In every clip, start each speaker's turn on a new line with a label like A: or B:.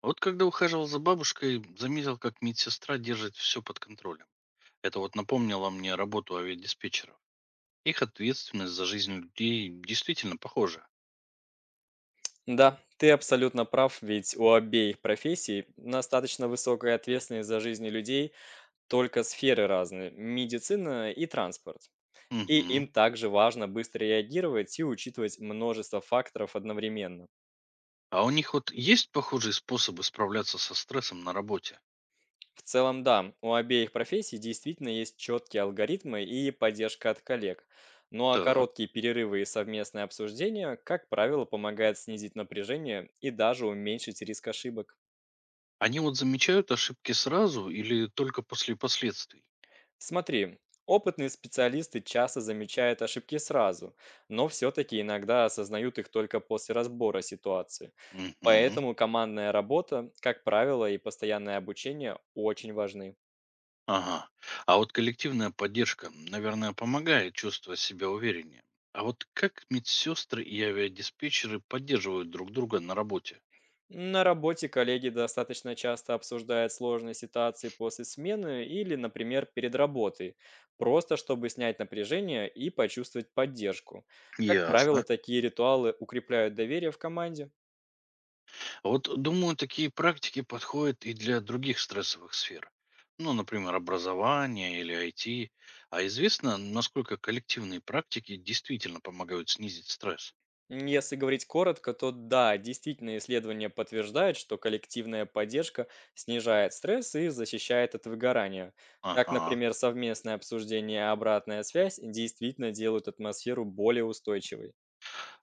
A: Вот когда ухаживал за бабушкой, заметил, как медсестра держит все под контролем. Это вот напомнило мне работу авиадиспетчеров. Их ответственность за жизнь людей действительно похожа.
B: Да, ты абсолютно прав, ведь у обеих профессий достаточно высокая ответственность за жизни людей, только сферы разные– медицина и транспорт. И
A: Мгм.
B: им также важно быстро реагировать и учитывать множество факторов одновременно.
A: А у них вот есть похожие способы справляться со стрессом на работе?
B: В целом, да, у обеих профессий действительно есть четкие алгоритмы и поддержка от коллег. Ну а
A: Так.
B: короткие перерывы и совместное обсуждение, как правило, помогает снизить напряжение и даже уменьшить риск ошибок.
A: Они вот замечают ошибки сразу или только после последствий?
B: Смотри, опытные специалисты часто замечают ошибки сразу, но все-таки иногда осознают их только после разбора ситуации.
A: Мгм.
B: Поэтому командная работа, как правило, и постоянное обучение очень важны.
A: Ага. А вот коллективная поддержка, наверное, помогает чувствовать себя увереннее. А вот как медсестры и авиадиспетчеры поддерживают друг друга на работе?
B: На работе коллеги достаточно часто обсуждают сложные ситуации после смены или, например, перед работой, просто чтобы снять напряжение и почувствовать поддержку. Как правило,
A: Ясно.
B: такие ритуалы укрепляют доверие в команде.
A: А вот думаю, такие практики подходят и для других стрессовых сфер. Ну, например, образование или IT. А известно, насколько коллективные практики действительно помогают снизить стресс?
B: Если говорить коротко, то да, действительно исследования подтверждают, что коллективная поддержка снижает стресс и защищает от выгорания. Так,
A: Ага.
B: например, совместное обсуждение и обратная связь действительно делают атмосферу более устойчивой.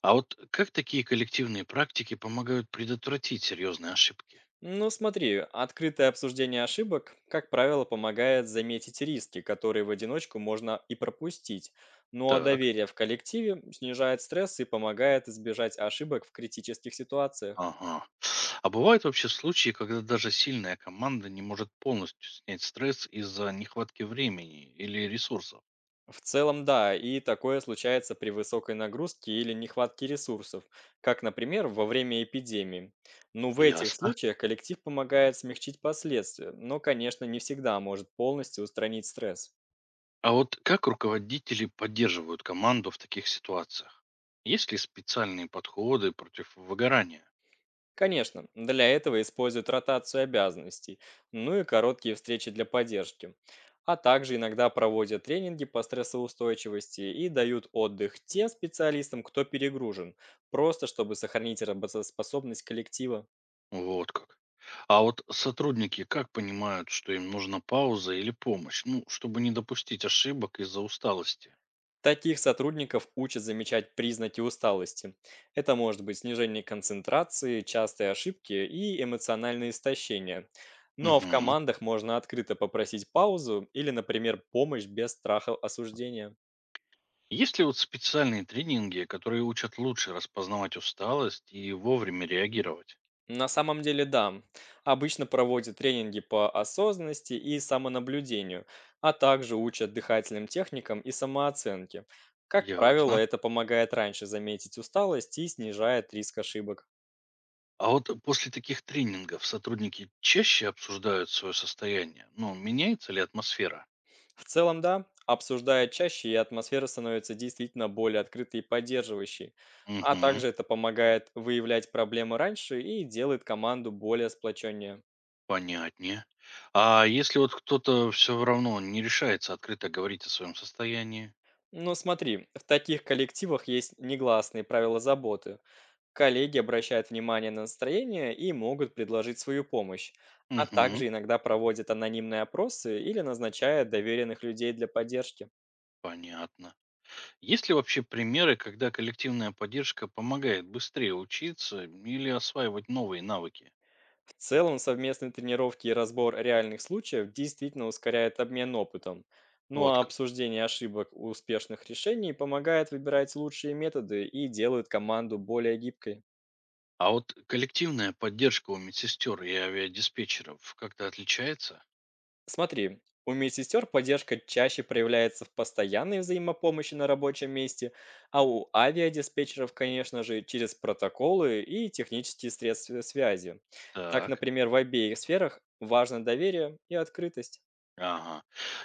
A: А вот как такие коллективные практики помогают предотвратить серьезные ошибки?
B: Ну, смотри, открытое обсуждение ошибок, как правило, помогает заметить риски, которые в одиночку можно и пропустить. Ну а
A: Так.
B: доверие в коллективе снижает стресс и помогает избежать ошибок в критических ситуациях.
A: Ага. А бывают вообще случаи, когда даже сильная команда не может полностью снять стресс из-за нехватки времени или ресурсов?
B: В целом, да, и такое случается при высокой нагрузке или нехватке ресурсов, как, например, во время эпидемии. Но в этих
A: Ясно.
B: случаях коллектив помогает смягчить последствия, но, конечно, не всегда может полностью устранить стресс.
A: А вот как руководители поддерживают команду в таких ситуациях? Есть ли специальные подходы против выгорания?
B: Конечно, для этого используют ротацию обязанностей, ну и короткие встречи для поддержки. А также иногда проводят тренинги по стрессоустойчивости и дают отдых тем специалистам, кто перегружен, просто чтобы сохранить работоспособность коллектива.
A: Вот как. А вот сотрудники как понимают, что им нужна пауза или помощь, ну, чтобы не допустить ошибок из-за усталости?
B: Таких сотрудников учат замечать признаки усталости. Это может быть снижение концентрации, частые ошибки и эмоциональное истощение. Ну а в
A: Угу.
B: командах можно открыто попросить паузу или, например, помощь без страха осуждения.
A: Есть ли вот специальные тренинги, которые учат лучше распознавать усталость и вовремя реагировать?
B: На самом деле, да. Обычно проводят тренинги по осознанности и самонаблюдению, а также учат дыхательным техникам и самооценке. Как правило,
A: Ясно.
B: это помогает раньше заметить усталость и снижает риск ошибок.
A: А вот после таких тренингов сотрудники чаще обсуждают свое состояние? Ну, меняется ли атмосфера?
B: В целом, да, обсуждая чаще, и атмосфера становится действительно более открытой и поддерживающей. А
A: Угу,
B: также это помогает выявлять проблемы раньше и делает команду более сплоченнее.
A: понятнее. А если вот кто-то все равно не решается открыто говорить о своем состоянии?
B: Но смотри, в таких коллективах есть негласные правила заботы. Коллеги обращают внимание на настроение и могут предложить свою помощь, а
A: Угу,
B: также иногда проводят анонимные опросы или назначают доверенных людей для поддержки.
A: понятно. Есть ли вообще примеры, когда коллективная поддержка помогает быстрее учиться или осваивать новые навыки?
B: В целом, совместные тренировки и разбор реальных случаев действительно ускоряют обмен опытом. Ну
A: Вот
B: а
A: как.
B: обсуждение ошибок и успешных решений помогает выбирать лучшие методы и делают команду более гибкой.
A: А вот коллективная поддержка у медсестер и авиадиспетчеров как-то отличается?
B: Смотри, у медсестер поддержка чаще проявляется в постоянной взаимопомощи на рабочем месте, а у авиадиспетчеров, конечно же, через протоколы и технические средства связи. Так,
A: Так.
B: например, в обеих сферах важно доверие и открытость.
A: Ага.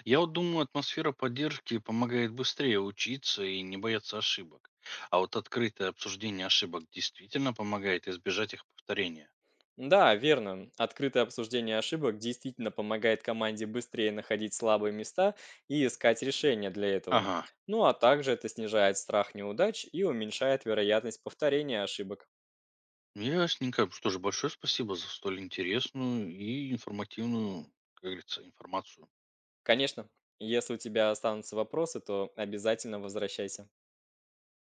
A: Я вот думаю, атмосфера поддержки помогает быстрее учиться и не бояться ошибок. А вот открытое обсуждение ошибок действительно помогает избежать их повторения.
B: Да, верно. Открытое обсуждение ошибок действительно помогает команде быстрее находить слабые места и искать решения для этого.
A: Ага.
B: Ну а также это снижает страх неудач и уменьшает вероятность повторения ошибок.
A: Ясненько. Что же, большое спасибо за столь интересную и информативную, как говорится, информацию.
B: Конечно, если у тебя останутся вопросы, то обязательно возвращайся.